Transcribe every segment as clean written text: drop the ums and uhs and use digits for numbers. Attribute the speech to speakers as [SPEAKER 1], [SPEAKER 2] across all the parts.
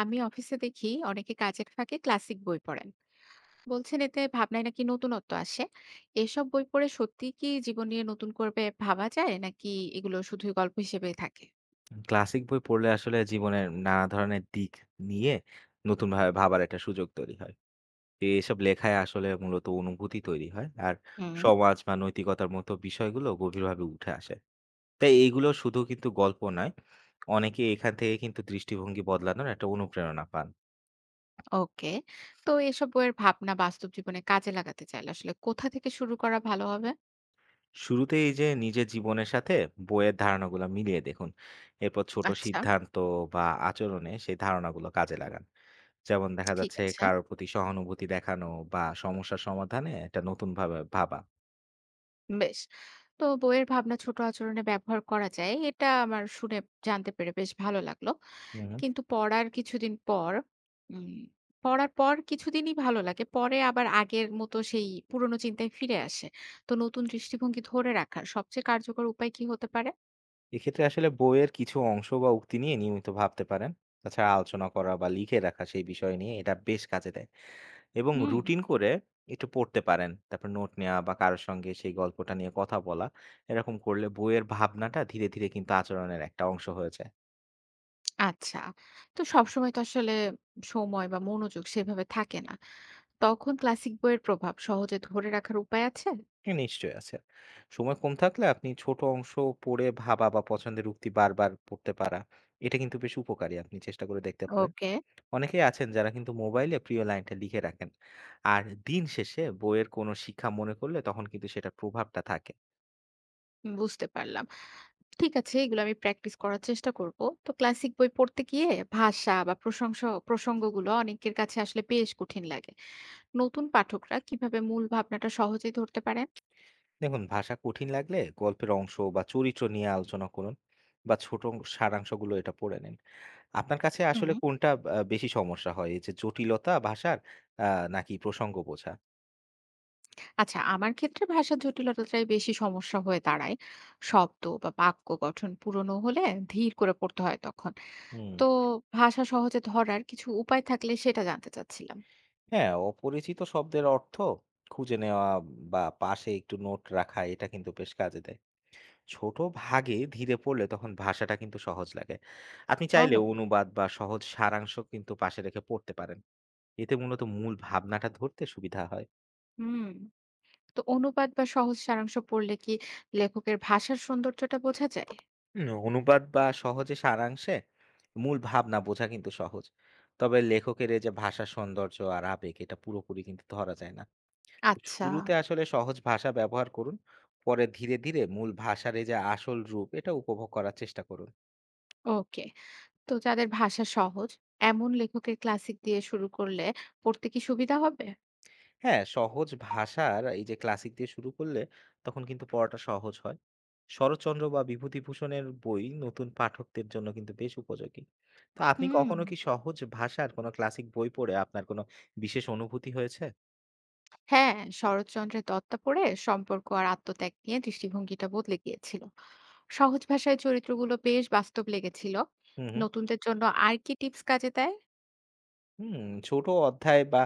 [SPEAKER 1] আমি অফিসে দেখি অনেকে কাজের ফাঁকে ক্লাসিক বই পড়েন বলছেন এতে ভাবনায় নাকি নতুনত্ব আসে। এসব বই পড়ে সত্যি কি জীবন নিয়ে নতুন করবে ভাবা যায় নাকি এগুলো শুধুই গল্প হিসেবেই থাকে?
[SPEAKER 2] ক্লাসিক বই পড়লে আসলে জীবনের নানা ধরনের দিক নিয়ে নতুনভাবে ভাবার একটা সুযোগ তৈরি হয় তো এসব লেখায় আসলে মূলত অনুভূতি তৈরি হয় আর
[SPEAKER 1] হুম।
[SPEAKER 2] সমাজ বা নৈতিকতার মতো বিষয়গুলো গভীরভাবে উঠে আসে তাই এইগুলো শুধু কিন্তু গল্প নয় অনেকে এখান থেকে কিন্তু দৃষ্টিভঙ্গি বদলানোর একটা অনুপ্রেরণা পান
[SPEAKER 1] ওকে, তো এসব বইয়ের ভাবনা বাস্তব জীবনে কাজে লাগাতে চাইলে আসলে কোথা থেকে শুরু করা ভালো হবে?
[SPEAKER 2] শুরুতে এই যে নিজের জীবনের সাথে বইয়ের ধারণাগুলো মিলিয়ে দেখুন এরপর ছোট
[SPEAKER 1] আচ্ছা।
[SPEAKER 2] সিদ্ধান্ত বা আচরণে সেই ধারণাগুলো কাজে লাগান যেমন দেখা
[SPEAKER 1] ঠিক
[SPEAKER 2] যাচ্ছে
[SPEAKER 1] আছে।
[SPEAKER 2] কারোর প্রতি সহানুভূতি দেখানো বা সমস্যার সমাধানে এটা নতুন ভাবে ভাবা।
[SPEAKER 1] বেশ। তো বইয়ের ভাবনা ছোট আচরণে ব্যবহার করা যায়। এটা আমার শুনে জানতে পেরে বেশ ভালো লাগলো।
[SPEAKER 2] হুম হুম।
[SPEAKER 1] কিন্তু পড়ার কিছুদিন পর উম পড়ার পর কিছুদিনই ভালো লাগে। পরে আবার আগের মতো সেই পুরনো চিন্তায় ফিরে আসে। তো নতুন দৃষ্টিভঙ্গি ধরে রাখার সবচেয়ে কার্যকর উপায় কি হতে পারে?
[SPEAKER 2] এক্ষেত্রে আসলে বইয়ের কিছু অংশ বা উক্তি নিয়ে নিয়মিত ভাবতে পারেন তাছাড়া আলোচনা করা বা লিখে রাখা সেই বিষয় নিয়ে এটা বেশ কাজে দেয় এবং
[SPEAKER 1] হুম।
[SPEAKER 2] রুটিন করে একটু পড়তে পারেন। তারপর নোট নেয়া বা কারো সঙ্গে সেই গল্পটা নিয়ে কথা বলা। এরকম করলে বইয়ের ভাবনাটা ধীরে, ধীরে কিন্তু আচরণের একটা অংশ হয়ে যায়।
[SPEAKER 1] আচ্ছা। তো সবসময় তো আসলে সময় বা মনোযোগ সেভাবে থাকে না। তখন ক্লাসিক বইয়ের প্রভাব সহজে ধরে রাখার উপায় আছে?
[SPEAKER 2] হ্যাঁ, নিশ্চয়ই আছে। সময় কম থাকলে আপনি ছোট অংশ পড়ে ভাবা বা পছন্দের উক্তি বারবার পড়তে পারা, এটা কিন্তু বেশ উপকারী। আপনি চেষ্টা করে দেখতে পারেন।
[SPEAKER 1] ওকে,
[SPEAKER 2] অনেকেই আছেন যারা কিন্তু মোবাইলে প্রিয় লাইনটা লিখে রাখেন। আর দিন শেষে বইয়ের কোনো শিক্ষা মনে করলে তখন কিন্তু সেটার প্রভাবটা থাকে।
[SPEAKER 1] বুঝতে পারলাম। ঠিক আছে, এগুলো আমি প্র্যাকটিস করার চেষ্টা করব। তো ক্লাসিক বই পড়তে গিয়ে ভাষা বা প্রসঙ্গগুলো অনেকের কাছে আসলে বেশ কঠিন লাগে। নতুন পাঠকরা কিভাবে মূল ভাবনাটা সহজেই ধরতে পারেন?
[SPEAKER 2] দেখুন ভাষা কঠিন লাগলে গল্পের অংশ বা চরিত্র নিয়ে আলোচনা করুন বা ছোট সারাংশগুলো এটা পড়ে নিন আপনার কাছে
[SPEAKER 1] হুম।
[SPEAKER 2] আসলে কোনটা বেশি সমস্যা হয় এই যে জটিলতা ভাষার নাকি প্রসঙ্গ বোঝা।
[SPEAKER 1] আচ্ছা, আমার ক্ষেত্রে ভাষার জটিলতাটাই বেশি সমস্যা হয়ে দাঁড়ায়। শব্দ বা বাক্য গঠন পুরনো হলে ধীর করে পড়তে হয় তখন।
[SPEAKER 2] হুম।
[SPEAKER 1] তো ভাষা সহজে ধরার কিছু উপায় থাকলে সেটা জানতে চাচ্ছিলাম।
[SPEAKER 2] হ্যাঁ, অপরিচিত শব্দের অর্থ খুঁজে নেওয়া বা পাশে একটু নোট রাখা এটা কিন্তু বেশ কাজে দেয় ছোট ভাগে ধীরে পড়লে তখন ভাষাটা কিন্তু সহজ লাগে আপনি চাইলে
[SPEAKER 1] ওহ।
[SPEAKER 2] অনুবাদ বা সহজ সারাংশ কিন্তু পাশে রেখে পড়তে পারেন এতে মূলত মূল ভাবনাটা ধরতে সুবিধা হয়।
[SPEAKER 1] হুম। তো অনুবাদ বা সহজ সারাংশ পড়লে কি লেখকের ভাষার সৌন্দর্যটা বোঝা যায়?
[SPEAKER 2] হুম, অনুবাদ বা সহজে সারাংশে মূল ভাবনা বোঝা কিন্তু সহজ তবে লেখকের এই যে ভাষার সৌন্দর্য আর আবেগ এটা পুরোপুরি কিন্তু ধরা যায় না তো
[SPEAKER 1] আচ্ছা,
[SPEAKER 2] শুরুতে আসলে সহজ ভাষা ব্যবহার করুন পরে ধীরে ধীরে মূল ভাষার এই যে আসল রূপ এটা উপভোগ করার চেষ্টা করুন।
[SPEAKER 1] ওকে। তো যাদের ভাষা সহজ, এমন লেখকের ক্লাসিক দিয়ে শুরু করলে পড়তে কি সুবিধা হবে?
[SPEAKER 2] হ্যাঁ, সহজ ভাষার এই যে ক্লাসিক দিয়ে শুরু করলে তখন কিন্তু পড়াটা সহজ হয়। শরৎচন্দ্র বা বিভূতিভূষণের বই নতুন পাঠকদের জন্য কিন্তু বেশ উপযোগী। তো আপনি
[SPEAKER 1] হুম।
[SPEAKER 2] কখনো কি সহজ ভাষার কোনো ক্লাসিক বই পড়ে আপনার কোনো বিশেষ অনুভূতি হয়েছে?
[SPEAKER 1] হ্যাঁ, শরৎচন্দ্রের দত্তা পড়ে সম্পর্ক আর আত্মত্যাগ নিয়ে দৃষ্টিভঙ্গিটা বদলে গিয়েছিল। সহজ ভাষায় চরিত্রগুলো বেশ বাস্তব লেগেছিল।
[SPEAKER 2] হুম, হুম।
[SPEAKER 1] নতুনদের জন্য আর কি টিপস কাজে দেয়?
[SPEAKER 2] হুম, ছোট অধ্যায় বা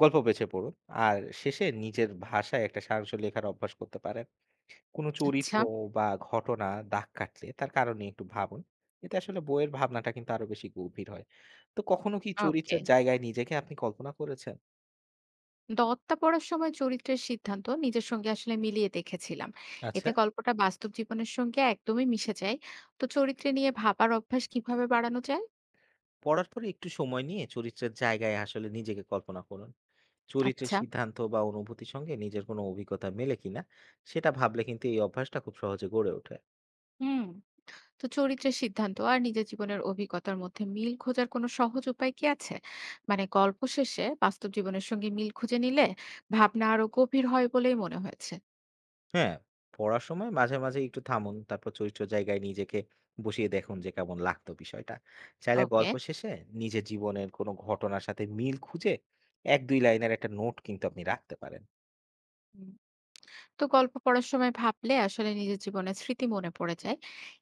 [SPEAKER 2] গল্প বেছে পড়ুন। আর শেষে নিজের ভাষায় একটা সারাংশ লেখার অভ্যাস করতে পারেন। কোনো চরিত্র
[SPEAKER 1] আচ্ছা।
[SPEAKER 2] বা ঘটনা দাগ কাটলে তার কারণ নিয়ে একটু ভাবুন। এতে আসলে বইয়ের ভাবনাটা কিন্তু আরো বেশি গভীর হয়। তো কখনো কি
[SPEAKER 1] ওকে।
[SPEAKER 2] চরিত্রের জায়গায় নিজেকে আপনি কল্পনা করেছেন?
[SPEAKER 1] দত্তা পড়ার সময় চরিত্রের সিদ্ধান্ত নিজের সঙ্গে আসলে মিলিয়ে দেখেছিলাম।
[SPEAKER 2] আচ্ছা।
[SPEAKER 1] এতে গল্পটা বাস্তব জীবনের সঙ্গে একদমই মিশে যায়। তো চরিত্রে নিয়ে ভাবার অভ্যাস কিভাবে বাড়ানো যায়?
[SPEAKER 2] পড়ার পরে একটু সময় নিয়ে চরিত্রের জায়গায় আসলে নিজেকে কল্পনা করুন। চরিত্রের
[SPEAKER 1] আচ্ছা।
[SPEAKER 2] সিদ্ধান্ত বা অনুভূতির সঙ্গে নিজের কোনো অভিজ্ঞতা মেলে কিনা সেটা ভাবলে কিন্তু এই অভ্যাসটা খুব সহজে গড়ে ওঠে।
[SPEAKER 1] হুম। তো চরিত্রের সিদ্ধান্ত আর নিজের জীবনের অভিজ্ঞতার মধ্যে মিল খোঁজার কোনো সহজ উপায় কি আছে? মানে গল্প শেষে বাস্তব জীবনের সঙ্গে মিল খুঁজে নিলে ভাবনা আরো গভীর হয় বলেই মনে হয়েছে।
[SPEAKER 2] হ্যাঁ, পড়ার সময় মাঝে, মাঝে একটু থামুন। তারপর চরিত্র জায়গায় নিজেকে বসিয়ে দেখুন যে কেমন লাগতো বিষয়টা। চাইলে
[SPEAKER 1] ওকে।
[SPEAKER 2] গল্প শেষে নিজের জীবনের কোনো ঘটনার সাথে মিল খুঁজে ১-২ লাইনের একটা নোট কিন্তু আপনি রাখতে পারেন।
[SPEAKER 1] হুম। তো গল্প পড়ার সময় ভাবলে আসলে নিজের জীবনের স্মৃতি মনে পড়ে যায়।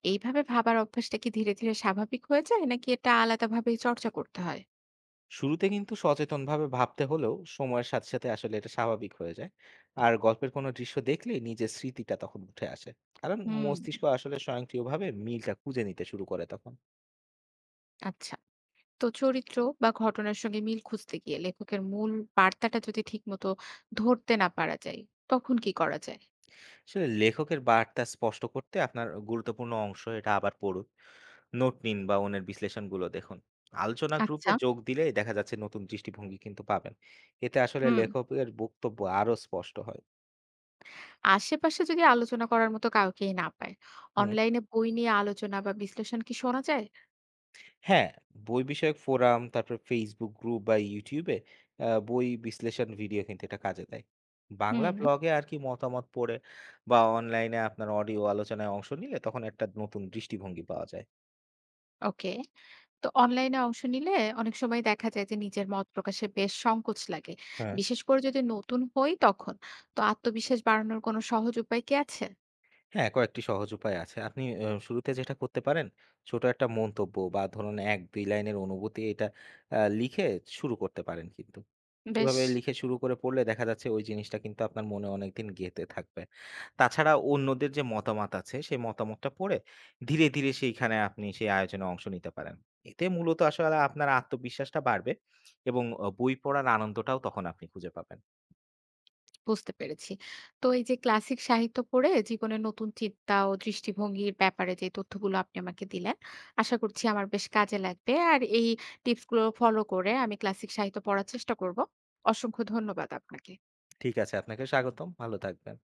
[SPEAKER 1] এইভাবে ভাবার অভ্যাসটা কি ধীরে, ধীরে স্বাভাবিক হয়ে যায় নাকি এটা আলাদাভাবেই চর্চা করতে হয়?
[SPEAKER 2] শুরুতে কিন্তু সচেতনভাবে ভাবতে হলেও সময়ের সাথে, সাথে আসলে এটা স্বাভাবিক হয়ে যায়। আর গল্পের কোনো দৃশ্য দেখলেই নিজের স্মৃতিটা তখন উঠে আসে। কারণ
[SPEAKER 1] হুম।
[SPEAKER 2] মস্তিষ্ক আসলে স্বয়ংক্রিয়ভাবে মিলটা খুঁজে নিতে শুরু করে তখন।
[SPEAKER 1] আচ্ছা। তো চরিত্র বা ঘটনার সঙ্গে মিল খুঁজতে গিয়ে লেখকের মূল বার্তাটা যদি ঠিকমতো ধরতে না পারা যায়, তখন কি করা যায়?
[SPEAKER 2] আসলে লেখকের বার্তা স্পষ্ট করতে আপনার গুরুত্বপূর্ণ অংশ এটা আবার পড়ুন। নোট নিন বা অন্যের বিশ্লেষণগুলো দেখুন। আলোচনা গ্রুপে
[SPEAKER 1] আচ্ছা।
[SPEAKER 2] যোগ দিলে দেখা যাচ্ছে নতুন দৃষ্টিভঙ্গি কিন্তু পাবেন। এতে আসলে
[SPEAKER 1] হুম।
[SPEAKER 2] লেখকের বক্তব্য আরো স্পষ্ট হয়।
[SPEAKER 1] আশেপাশে যদি আলোচনা করার মতো কাউকেই না পায়,
[SPEAKER 2] হুম।
[SPEAKER 1] অনলাইনে বই নিয়ে আলোচনা বা বিশ্লেষণ কি শোনা যায়?
[SPEAKER 2] হ্যাঁ, বই বিষয়ক ফোরাম, তারপর Facebook গ্রুপ বা YouTube এ বই বিশ্লেষণ ভিডিও কিন্তু এটা কাজে দেয়। বাংলা
[SPEAKER 1] হুম।
[SPEAKER 2] ব্লগে আর কি মতামত পড়ে বা অনলাইনে আপনার অডিও আলোচনায় অংশ নিলে তখন একটা নতুন দৃষ্টিভঙ্গি পাওয়া যায়।
[SPEAKER 1] ওকে। তো অনলাইনে অংশ নিলে অনেক সময় দেখা যায় যে নিজের মত প্রকাশে বেশ সংকোচ লাগে,
[SPEAKER 2] হ্যাঁ,
[SPEAKER 1] বিশেষ করে যদি নতুন হই তখন। তো আত্মবিশ্বাস বাড়ানোর কোনো সহজ উপায় কি আছে?
[SPEAKER 2] হ্যাঁ, কয়েকটি সহজ উপায় আছে। আপনি শুরুতে যেটা করতে পারেন, ছোট একটা মন্তব্য বা ধরুন ১-২ লাইনের অনুভূতি এটা লিখে শুরু করতে পারেন কিন্তু।
[SPEAKER 1] বেশ।
[SPEAKER 2] এভাবে লিখে শুরু করে পড়লে দেখা যাচ্ছে ওই জিনিসটা কিন্তু আপনার মনে অনেকদিন গেঁথে থাকবে। তাছাড়া অন্যদের যে মতামত আছে, সেই মতামতটা পড়ে ধীরে, ধীরে সেইখানে আপনি সেই আয়োজনে অংশ নিতে পারেন। এতে মূলত আসলে আপনার আত্মবিশ্বাসটা বাড়বে এবং বই পড়ার আনন্দটাও তখন আপনি খুঁজে পাবেন।
[SPEAKER 1] বুঝতে পেরেছি। তো এই যে ক্লাসিক সাহিত্য পড়ে জীবনের নতুন চিন্তা ও দৃষ্টিভঙ্গির ব্যাপারে যে তথ্যগুলো আপনি আমাকে দিলেন, আশা করছি আমার বেশ কাজে লাগবে। আর এই টিপসগুলো ফলো করে আমি ক্লাসিক সাহিত্য পড়ার চেষ্টা করব। অসংখ্য ধন্যবাদ আপনাকে।
[SPEAKER 2] ঠিক আছে, আপনাকে স্বাগতম। ভালো থাকবেন।